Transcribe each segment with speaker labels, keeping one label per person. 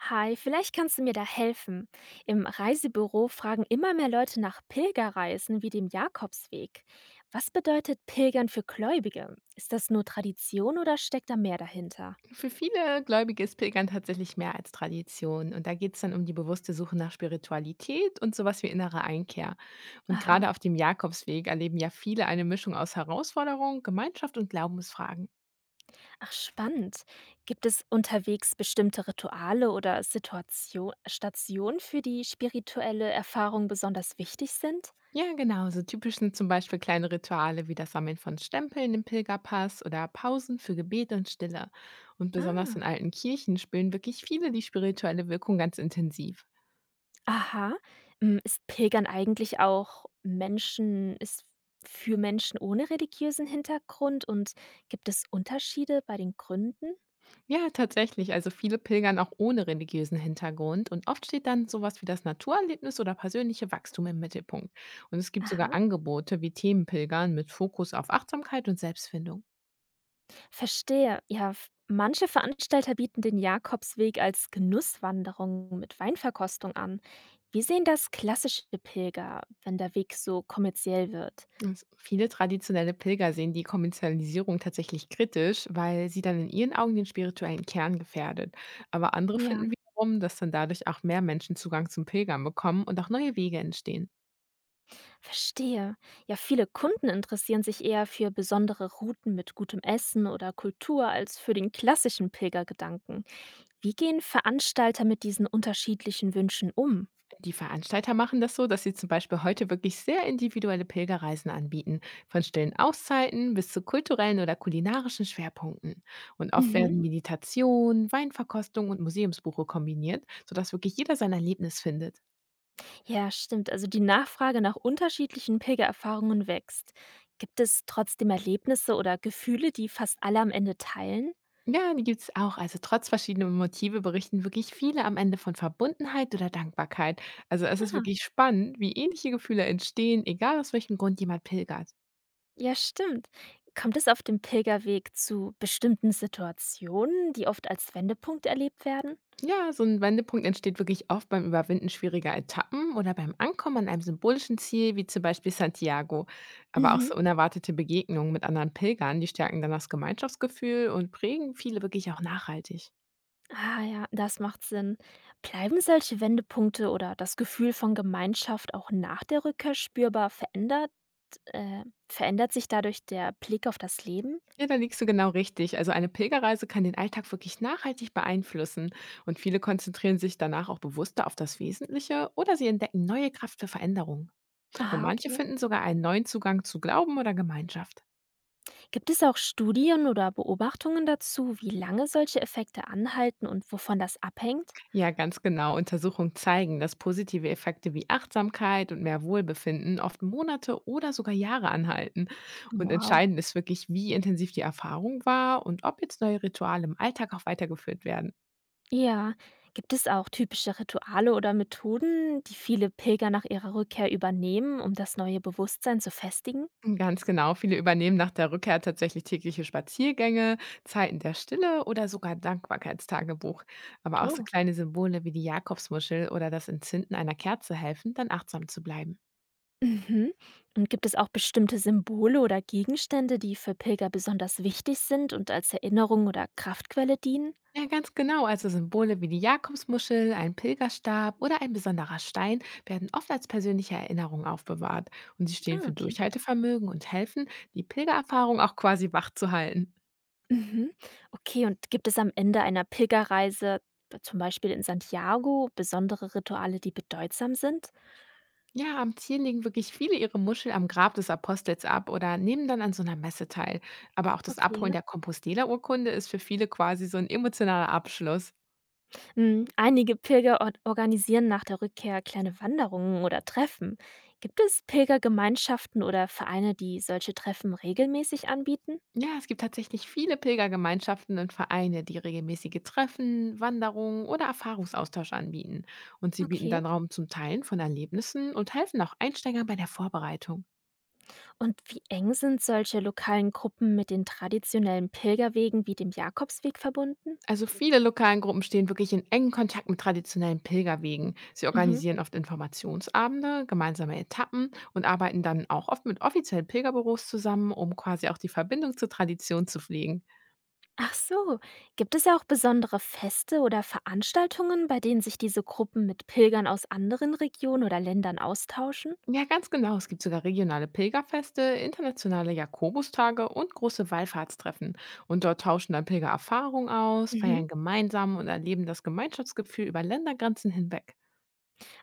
Speaker 1: Hi, vielleicht kannst du mir da helfen. Im Reisebüro fragen immer mehr Leute nach Pilgerreisen wie dem Jakobsweg. Was bedeutet Pilgern für Gläubige? Ist das nur Tradition oder steckt da mehr dahinter?
Speaker 2: Für viele Gläubige ist Pilgern tatsächlich mehr als Tradition. Und da geht es dann um die bewusste Suche nach Spiritualität und sowas wie innere Einkehr. Und gerade
Speaker 1: Aha.
Speaker 2: auf dem Jakobsweg erleben ja viele eine Mischung aus Herausforderung, Gemeinschaft und Glaubensfragen.
Speaker 1: Ach, spannend. Gibt es unterwegs bestimmte Rituale oder Stationen, für die spirituelle Erfahrung besonders wichtig sind?
Speaker 2: Ja, genau. So typisch sind zum Beispiel kleine Rituale wie das Sammeln von Stempeln im Pilgerpass oder Pausen für Gebet und Stille. Und besonders in
Speaker 1: Ah.
Speaker 2: alten Kirchen spüren wirklich viele die spirituelle Wirkung ganz intensiv.
Speaker 1: Aha. Ist Pilgern eigentlich auch Menschen ist für Menschen ohne religiösen Hintergrund und gibt es Unterschiede bei den Gründen?
Speaker 2: Ja, tatsächlich. Also viele pilgern auch ohne religiösen Hintergrund und oft steht dann sowas wie das Naturerlebnis oder persönliche Wachstum im Mittelpunkt. Und es gibt sogar
Speaker 1: Aha,
Speaker 2: Angebote wie Themenpilgern mit Fokus auf Achtsamkeit und Selbstfindung.
Speaker 1: verstehe. Ja, f manche Veranstalter bieten den Jakobsweg als Genusswanderung mit Weinverkostung an. Wie sehen das klassische Pilger, wenn der Weg so kommerziell wird?
Speaker 2: Und viele traditionelle Pilger sehen die Kommerzialisierung tatsächlich kritisch, weil sie dann in ihren Augen den spirituellen Kern gefährdet. Aber andere
Speaker 1: Ja.
Speaker 2: finden wiederum, dass dann dadurch auch mehr Menschen Zugang zum Pilgern bekommen und auch neue Wege entstehen.
Speaker 1: Verstehe. Ja, viele Kunden interessieren sich eher für besondere Routen mit gutem Essen oder Kultur als für den klassischen Pilgergedanken. Wie gehen Veranstalter mit diesen unterschiedlichen Wünschen um?
Speaker 2: Die Veranstalter machen das so, dass sie zum Beispiel heute wirklich sehr individuelle Pilgerreisen anbieten, von stillen Auszeiten bis zu kulturellen oder kulinarischen Schwerpunkten. Und oft
Speaker 1: Mhm.
Speaker 2: werden Meditation, Weinverkostung und Museumsbuche kombiniert, sodass wirklich jeder sein Erlebnis findet.
Speaker 1: Ja, stimmt. Also die Nachfrage nach unterschiedlichen Pilgererfahrungen wächst. Gibt es trotzdem Erlebnisse oder Gefühle, die fast alle am Ende teilen?
Speaker 2: Ja, die gibt es auch. Also trotz verschiedener Motive berichten wirklich viele am Ende von Verbundenheit oder Dankbarkeit. Also es ist
Speaker 1: Ah,
Speaker 2: wirklich spannend, wie ähnliche Gefühle entstehen, egal aus welchem Grund jemand pilgert.
Speaker 1: ja, stimmt. Kommt es auf dem Pilgerweg zu bestimmten Situationen, die oft als Wendepunkt erlebt werden?
Speaker 2: Ja, so ein Wendepunkt entsteht wirklich oft beim Überwinden schwieriger Etappen oder beim Ankommen an einem symbolischen Ziel, wie zum Beispiel Santiago. Aber auch so
Speaker 1: Mhm.
Speaker 2: unerwartete Begegnungen mit anderen Pilgern, die stärken dann das Gemeinschaftsgefühl und prägen viele wirklich auch nachhaltig.
Speaker 1: Ah ja, das macht Sinn. Bleiben solche Wendepunkte oder das Gefühl von Gemeinschaft auch nach der Rückkehr spürbar verändert? Verändert sich dadurch der Blick auf das Leben?
Speaker 2: Ja, da liegst du genau richtig. Also eine Pilgerreise kann den Alltag wirklich nachhaltig beeinflussen und viele konzentrieren sich danach auch bewusster auf das Wesentliche oder sie entdecken neue Kraft für Veränderung. Und
Speaker 1: Aha,
Speaker 2: manche
Speaker 1: okay.
Speaker 2: finden sogar einen neuen Zugang zu Glauben oder Gemeinschaft.
Speaker 1: Gibt es auch Studien oder Beobachtungen dazu, wie lange solche Effekte anhalten und wovon das abhängt?
Speaker 2: Ja, ganz genau. Untersuchungen zeigen, dass positive Effekte wie Achtsamkeit und mehr Wohlbefinden oft Monate oder sogar Jahre anhalten. Und
Speaker 1: Wow.
Speaker 2: entscheidend ist wirklich, wie intensiv die Erfahrung war und ob jetzt neue Rituale im Alltag auch weitergeführt werden.
Speaker 1: Ja. Gibt es auch typische Rituale oder Methoden, die viele Pilger nach ihrer Rückkehr übernehmen, um das neue Bewusstsein zu festigen?
Speaker 2: Ganz genau. Viele übernehmen nach der Rückkehr tatsächlich tägliche Spaziergänge, Zeiten der Stille oder sogar Dankbarkeitstagebuch. Aber auch so
Speaker 1: Oh.
Speaker 2: kleine Symbole wie die Jakobsmuschel oder das Entzünden einer Kerze helfen, dann achtsam zu bleiben.
Speaker 1: Mhm. Und gibt es auch bestimmte Symbole oder Gegenstände, die für Pilger besonders wichtig sind und als Erinnerung oder Kraftquelle dienen?
Speaker 2: Ja, ganz genau. Also Symbole wie die Jakobsmuschel, ein Pilgerstab oder ein besonderer Stein werden oft als persönliche Erinnerung aufbewahrt und sie stehen
Speaker 1: Ah,
Speaker 2: für
Speaker 1: okay.
Speaker 2: Durchhaltevermögen und helfen, die Pilgererfahrung auch quasi wachzuhalten.
Speaker 1: Mhm. Okay, und gibt es am Ende einer Pilgerreise, zum Beispiel in Santiago, besondere Rituale, die bedeutsam sind?
Speaker 2: Ja, am Ziel legen wirklich viele ihre Muschel am Grab des Apostels ab oder nehmen dann an so einer Messe teil. Aber auch das Abholen
Speaker 1: Okay.
Speaker 2: der Compostela-Urkunde ist für viele quasi so ein emotionaler Abschluss.
Speaker 1: Einige organisieren nach der Rückkehr kleine Wanderungen oder Treffen. Gibt es Pilgergemeinschaften oder Vereine, die solche Treffen regelmäßig anbieten?
Speaker 2: Ja, es gibt tatsächlich viele Pilgergemeinschaften und Vereine, die regelmäßige Treffen, Wanderungen oder Erfahrungsaustausch anbieten. Und sie bieten
Speaker 1: Okay.
Speaker 2: dann Raum zum Teilen von Erlebnissen und helfen auch Einsteigern bei der Vorbereitung.
Speaker 1: Und wie eng sind solche lokalen Gruppen mit den traditionellen Pilgerwegen wie dem Jakobsweg verbunden?
Speaker 2: Also viele lokalen Gruppen stehen wirklich in engem Kontakt mit traditionellen Pilgerwegen. Sie
Speaker 1: Mhm.
Speaker 2: organisieren oft Informationsabende, gemeinsame Etappen und arbeiten dann auch oft mit offiziellen Pilgerbüros zusammen, um quasi auch die Verbindung zur Tradition zu pflegen.
Speaker 1: Ach so, gibt es ja auch besondere Feste oder Veranstaltungen, bei denen sich diese Gruppen mit Pilgern aus anderen Regionen oder Ländern austauschen?
Speaker 2: Ja, ganz genau. Es gibt sogar regionale Pilgerfeste, internationale Jakobustage und große Wallfahrtstreffen. Und dort tauschen dann Pilger Erfahrungen aus,
Speaker 1: Mhm.
Speaker 2: feiern gemeinsam und erleben das Gemeinschaftsgefühl über Ländergrenzen hinweg.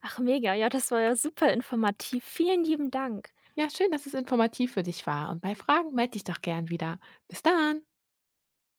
Speaker 1: Ach mega, ja, das war ja super informativ. Vielen lieben Dank.
Speaker 2: Ja, schön, dass es informativ für dich war. Und bei Fragen melde dich doch gern wieder. Bis dann!